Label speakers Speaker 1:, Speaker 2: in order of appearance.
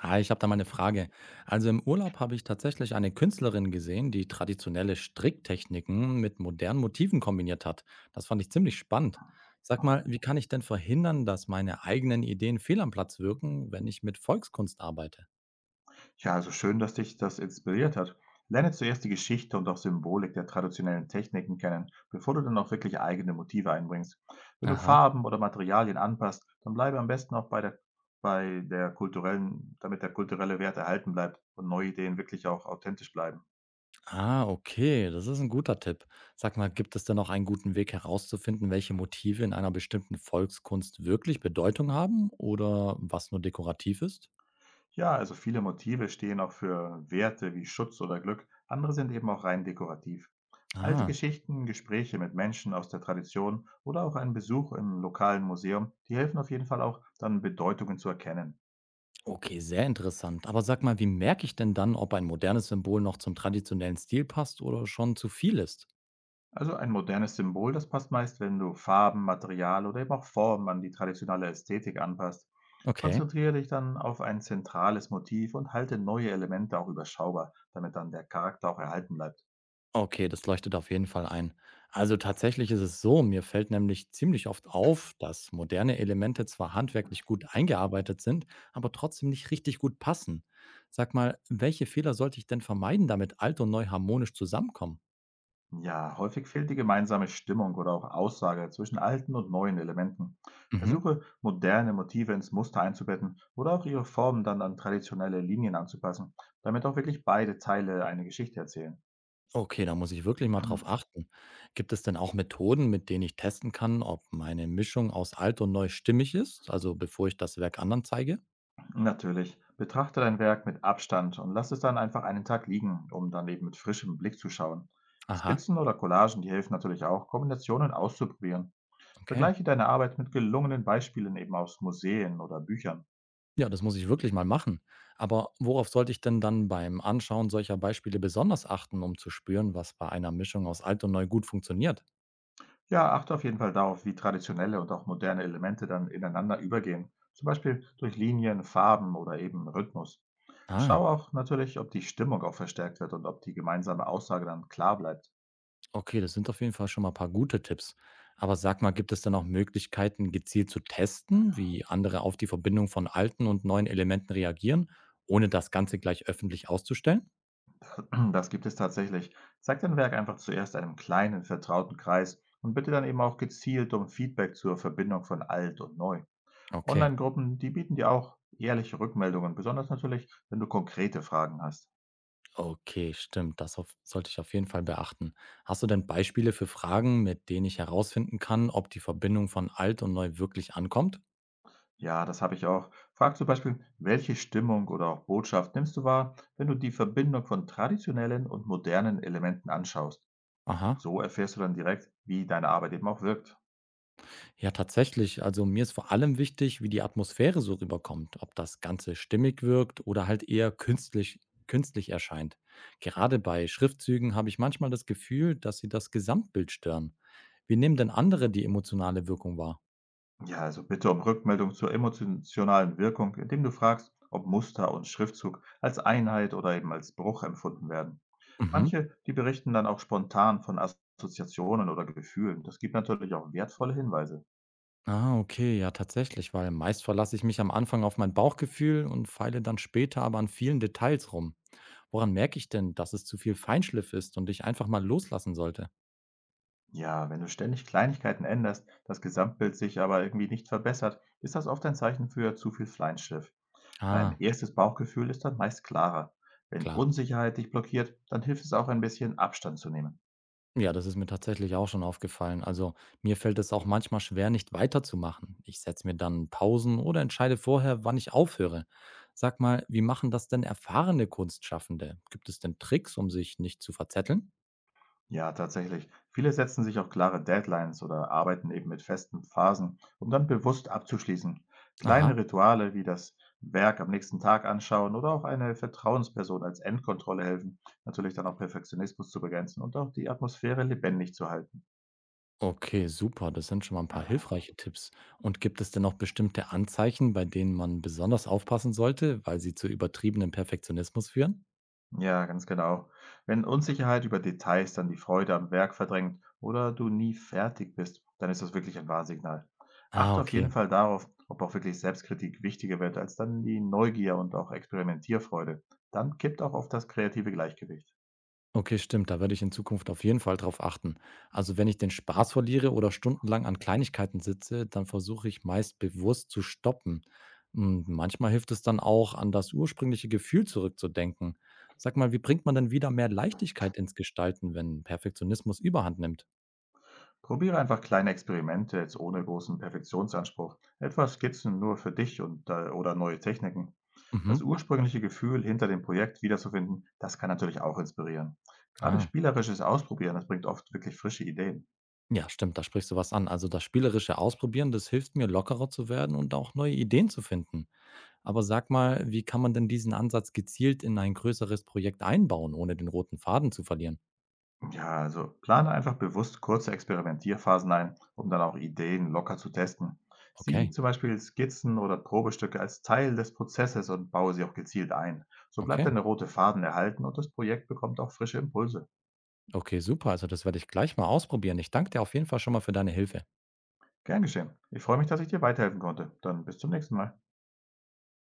Speaker 1: Hi, ich habe da mal eine Frage. Also im Urlaub habe ich tatsächlich eine Künstlerin gesehen, die traditionelle Stricktechniken mit modernen Motiven kombiniert hat. Das fand ich ziemlich spannend. Sag mal, wie kann ich denn verhindern, dass meine eigenen Ideen fehl am Platz wirken, wenn ich mit Volkskunst arbeite?
Speaker 2: Ja, also schön, dass dich das inspiriert hat. Lerne zuerst die Geschichte und auch Symbolik der traditionellen Techniken kennen, bevor du dann auch wirklich eigene Motive einbringst. Wenn du
Speaker 1: Aha.
Speaker 2: Farben oder Materialien anpasst, dann bleibe am besten auch bei der kulturellen, damit der kulturelle Wert erhalten bleibt und neue Ideen wirklich auch authentisch bleiben.
Speaker 1: Ah, okay, das ist ein guter Tipp. Sag mal, gibt es denn noch einen guten Weg herauszufinden, welche Motive in einer bestimmten Volkskunst wirklich Bedeutung haben oder was nur dekorativ ist?
Speaker 2: Ja, also viele Motive stehen auch für Werte wie Schutz oder Glück, andere sind eben auch rein dekorativ. Alte
Speaker 1: Ah.
Speaker 2: Geschichten, Gespräche mit Menschen aus der Tradition oder auch ein Besuch im lokalen Museum, die helfen auf jeden Fall auch, dann Bedeutungen zu erkennen.
Speaker 1: Okay, sehr interessant. Aber sag mal, wie merke ich denn dann, ob ein modernes Symbol noch zum traditionellen Stil passt oder schon zu viel ist?
Speaker 2: Also ein modernes Symbol, das passt meist, wenn du Farben, Material oder eben auch Formen an die traditionelle Ästhetik anpasst.
Speaker 1: Okay.
Speaker 2: Konzentriere dich dann auf ein zentrales Motiv und halte neue Elemente auch überschaubar, damit dann der Charakter auch erhalten bleibt.
Speaker 1: Okay, das leuchtet auf jeden Fall ein. Also tatsächlich ist es so, mir fällt nämlich ziemlich oft auf, dass moderne Elemente zwar handwerklich gut eingearbeitet sind, aber trotzdem nicht richtig gut passen. Sag mal, welche Fehler sollte ich denn vermeiden, damit alt und neu harmonisch zusammenkommen?
Speaker 2: Ja, häufig fehlt die gemeinsame Stimmung oder auch Aussage zwischen alten und neuen Elementen.
Speaker 1: Mhm.
Speaker 2: Versuche, moderne Motive ins Muster einzubetten oder auch ihre Formen dann an traditionelle Linien anzupassen, damit auch wirklich beide Teile eine Geschichte erzählen.
Speaker 1: Okay, da muss ich wirklich mal drauf achten. Gibt es denn auch Methoden, mit denen ich testen kann, ob meine Mischung aus alt und neu stimmig ist, also bevor ich das Werk anderen zeige?
Speaker 2: Natürlich, betrachte dein Werk mit Abstand und lass es dann einfach einen Tag liegen, um dann eben mit frischem Blick zu schauen.
Speaker 1: Aha,
Speaker 2: Skizzen oder Collagen, die helfen natürlich auch, Kombinationen auszuprobieren.
Speaker 1: okay.
Speaker 2: Vergleiche deine Arbeit mit gelungenen Beispielen eben aus Museen oder Büchern.
Speaker 1: Ja, das muss ich wirklich mal machen. Aber worauf sollte ich denn dann beim Anschauen solcher Beispiele besonders achten, um zu spüren, was bei einer Mischung aus alt und neu gut funktioniert?
Speaker 2: Ja, achte auf jeden Fall darauf, wie traditionelle und auch moderne Elemente dann ineinander übergehen. Zum Beispiel durch Linien, Farben oder eben Rhythmus.
Speaker 1: Ah,
Speaker 2: Schau auch natürlich, ob die Stimmung auch verstärkt wird und ob die gemeinsame Aussage dann klar bleibt.
Speaker 1: okay, das sind auf jeden Fall schon mal ein paar gute Tipps. Aber sag mal, gibt es denn auch Möglichkeiten, gezielt zu testen, wie andere auf die Verbindung von alten und neuen Elementen reagieren, ohne das Ganze gleich öffentlich auszustellen?
Speaker 2: Das gibt es tatsächlich. Zeig dein Werk einfach zuerst einem kleinen, vertrauten Kreis und bitte dann eben auch gezielt um Feedback zur Verbindung von alt und neu.
Speaker 1: Okay,
Speaker 2: Online-Gruppen, die bieten dir auch ehrliche Rückmeldungen, besonders natürlich, wenn du konkrete Fragen hast.
Speaker 1: okay, stimmt. Das auf, sollte ich auf jeden Fall beachten. Hast du denn Beispiele für Fragen, mit denen ich herausfinden kann, ob die Verbindung von alt und neu wirklich ankommt?
Speaker 2: Ja, das habe ich auch. Frag zum Beispiel, welche Stimmung oder auch Botschaft nimmst du wahr, wenn du die Verbindung von traditionellen und modernen Elementen anschaust?
Speaker 1: Aha.
Speaker 2: So erfährst du dann direkt, wie deine Arbeit eben auch wirkt.
Speaker 1: Ja, tatsächlich. Also mir ist vor allem wichtig, wie die Atmosphäre so rüberkommt, ob das Ganze stimmig wirkt oder halt eher künstlich, erscheint. Gerade bei Schriftzügen habe ich manchmal das Gefühl, dass sie das Gesamtbild stören. Wie nehmen denn andere die emotionale Wirkung wahr?
Speaker 2: Ja, also bitte um Rückmeldung zur emotionalen Wirkung, indem du fragst, ob Muster und Schriftzug als Einheit oder eben als Bruch empfunden werden.
Speaker 1: Mhm.
Speaker 2: Manche, die berichten dann auch spontan von Assoziationen oder Gefühlen. Das gibt natürlich auch wertvolle Hinweise.
Speaker 1: Ah, okay, ja, tatsächlich, weil meist verlasse ich mich am Anfang auf mein Bauchgefühl und feile dann später aber an vielen Details rum. Woran merke ich denn, dass es zu viel Feinschliff ist und ich einfach mal loslassen sollte?
Speaker 2: Ja, wenn du ständig Kleinigkeiten änderst, das Gesamtbild sich aber irgendwie nicht verbessert, ist das oft ein Zeichen für zu viel Feinschliff. Dein
Speaker 1: Ah,
Speaker 2: erstes Bauchgefühl ist dann meist klarer. Wenn
Speaker 1: klar.
Speaker 2: Unsicherheit dich blockiert, dann hilft es auch ein bisschen Abstand zu nehmen.
Speaker 1: Ja, das ist mir tatsächlich auch schon aufgefallen. Also mir fällt es auch manchmal schwer, nicht weiterzumachen. Ich setze mir dann Pausen oder entscheide vorher, wann ich aufhöre. Sag mal, wie machen das denn erfahrene Kunstschaffende? Gibt es denn Tricks, um sich nicht zu verzetteln?
Speaker 2: Ja, tatsächlich. Viele setzen sich auch klare Deadlines oder arbeiten eben mit festen Phasen, um dann bewusst abzuschließen. Kleine
Speaker 1: Aha.
Speaker 2: Rituale wie das Werk am nächsten Tag anschauen oder auch eine Vertrauensperson als Endkontrolle helfen, natürlich dann auch Perfektionismus zu begrenzen und auch die Atmosphäre lebendig zu halten.
Speaker 1: Okay, super. Das sind schon mal ein paar hilfreiche Tipps. Und gibt es denn noch bestimmte Anzeichen, bei denen man besonders aufpassen sollte, weil sie zu übertriebenem Perfektionismus führen?
Speaker 2: Ja, ganz genau. Wenn Unsicherheit über Details dann die Freude am Werk verdrängt oder du nie fertig bist, dann ist das wirklich ein Warnsignal.
Speaker 1: Ah,
Speaker 2: Achte auf jeden
Speaker 1: okay.
Speaker 2: Fall darauf, ob auch wirklich Selbstkritik wichtiger wird als dann die Neugier und auch Experimentierfreude. Dann kippt auch oft das kreative Gleichgewicht.
Speaker 1: Okay, stimmt, da werde ich in Zukunft auf jeden Fall drauf achten. Also wenn ich den Spaß verliere oder stundenlang an Kleinigkeiten sitze, dann versuche ich meist bewusst zu stoppen. Und manchmal hilft es dann auch, an das ursprüngliche Gefühl zurückzudenken. Sag mal, wie bringt man denn wieder mehr Leichtigkeit ins Gestalten, wenn Perfektionismus überhand nimmt?
Speaker 2: Probiere einfach kleine Experimente jetzt ohne großen Perfektionsanspruch. Etwa Skizzen nur für dich und oder neue Techniken. Das
Speaker 1: Mhm.
Speaker 2: ursprüngliche Gefühl hinter dem Projekt wiederzufinden, das kann natürlich auch inspirieren. Gerade
Speaker 1: Ah.
Speaker 2: spielerisches Ausprobieren, das bringt oft wirklich frische Ideen.
Speaker 1: Ja, stimmt, da sprichst du was an. Also das spielerische Ausprobieren, das hilft mir, lockerer zu werden und auch neue Ideen zu finden. Aber sag mal, wie kann man denn diesen Ansatz gezielt in ein größeres Projekt einbauen, ohne den roten Faden zu verlieren?
Speaker 2: Ja, also plane einfach bewusst kurze Experimentierphasen ein, um dann auch Ideen locker zu testen. Sieh
Speaker 1: Okay,
Speaker 2: zum Beispiel Skizzen oder Probestücke als Teil des Prozesses und baue sie auch gezielt ein. So bleibt
Speaker 1: okay,
Speaker 2: eine rote Faden erhalten und das Projekt bekommt auch frische Impulse.
Speaker 1: okay, super. Also das werde ich gleich mal ausprobieren. Ich danke dir auf jeden Fall schon mal für deine Hilfe.
Speaker 2: Gern geschehen. Ich freue mich, dass ich dir weiterhelfen konnte. Dann bis zum nächsten Mal.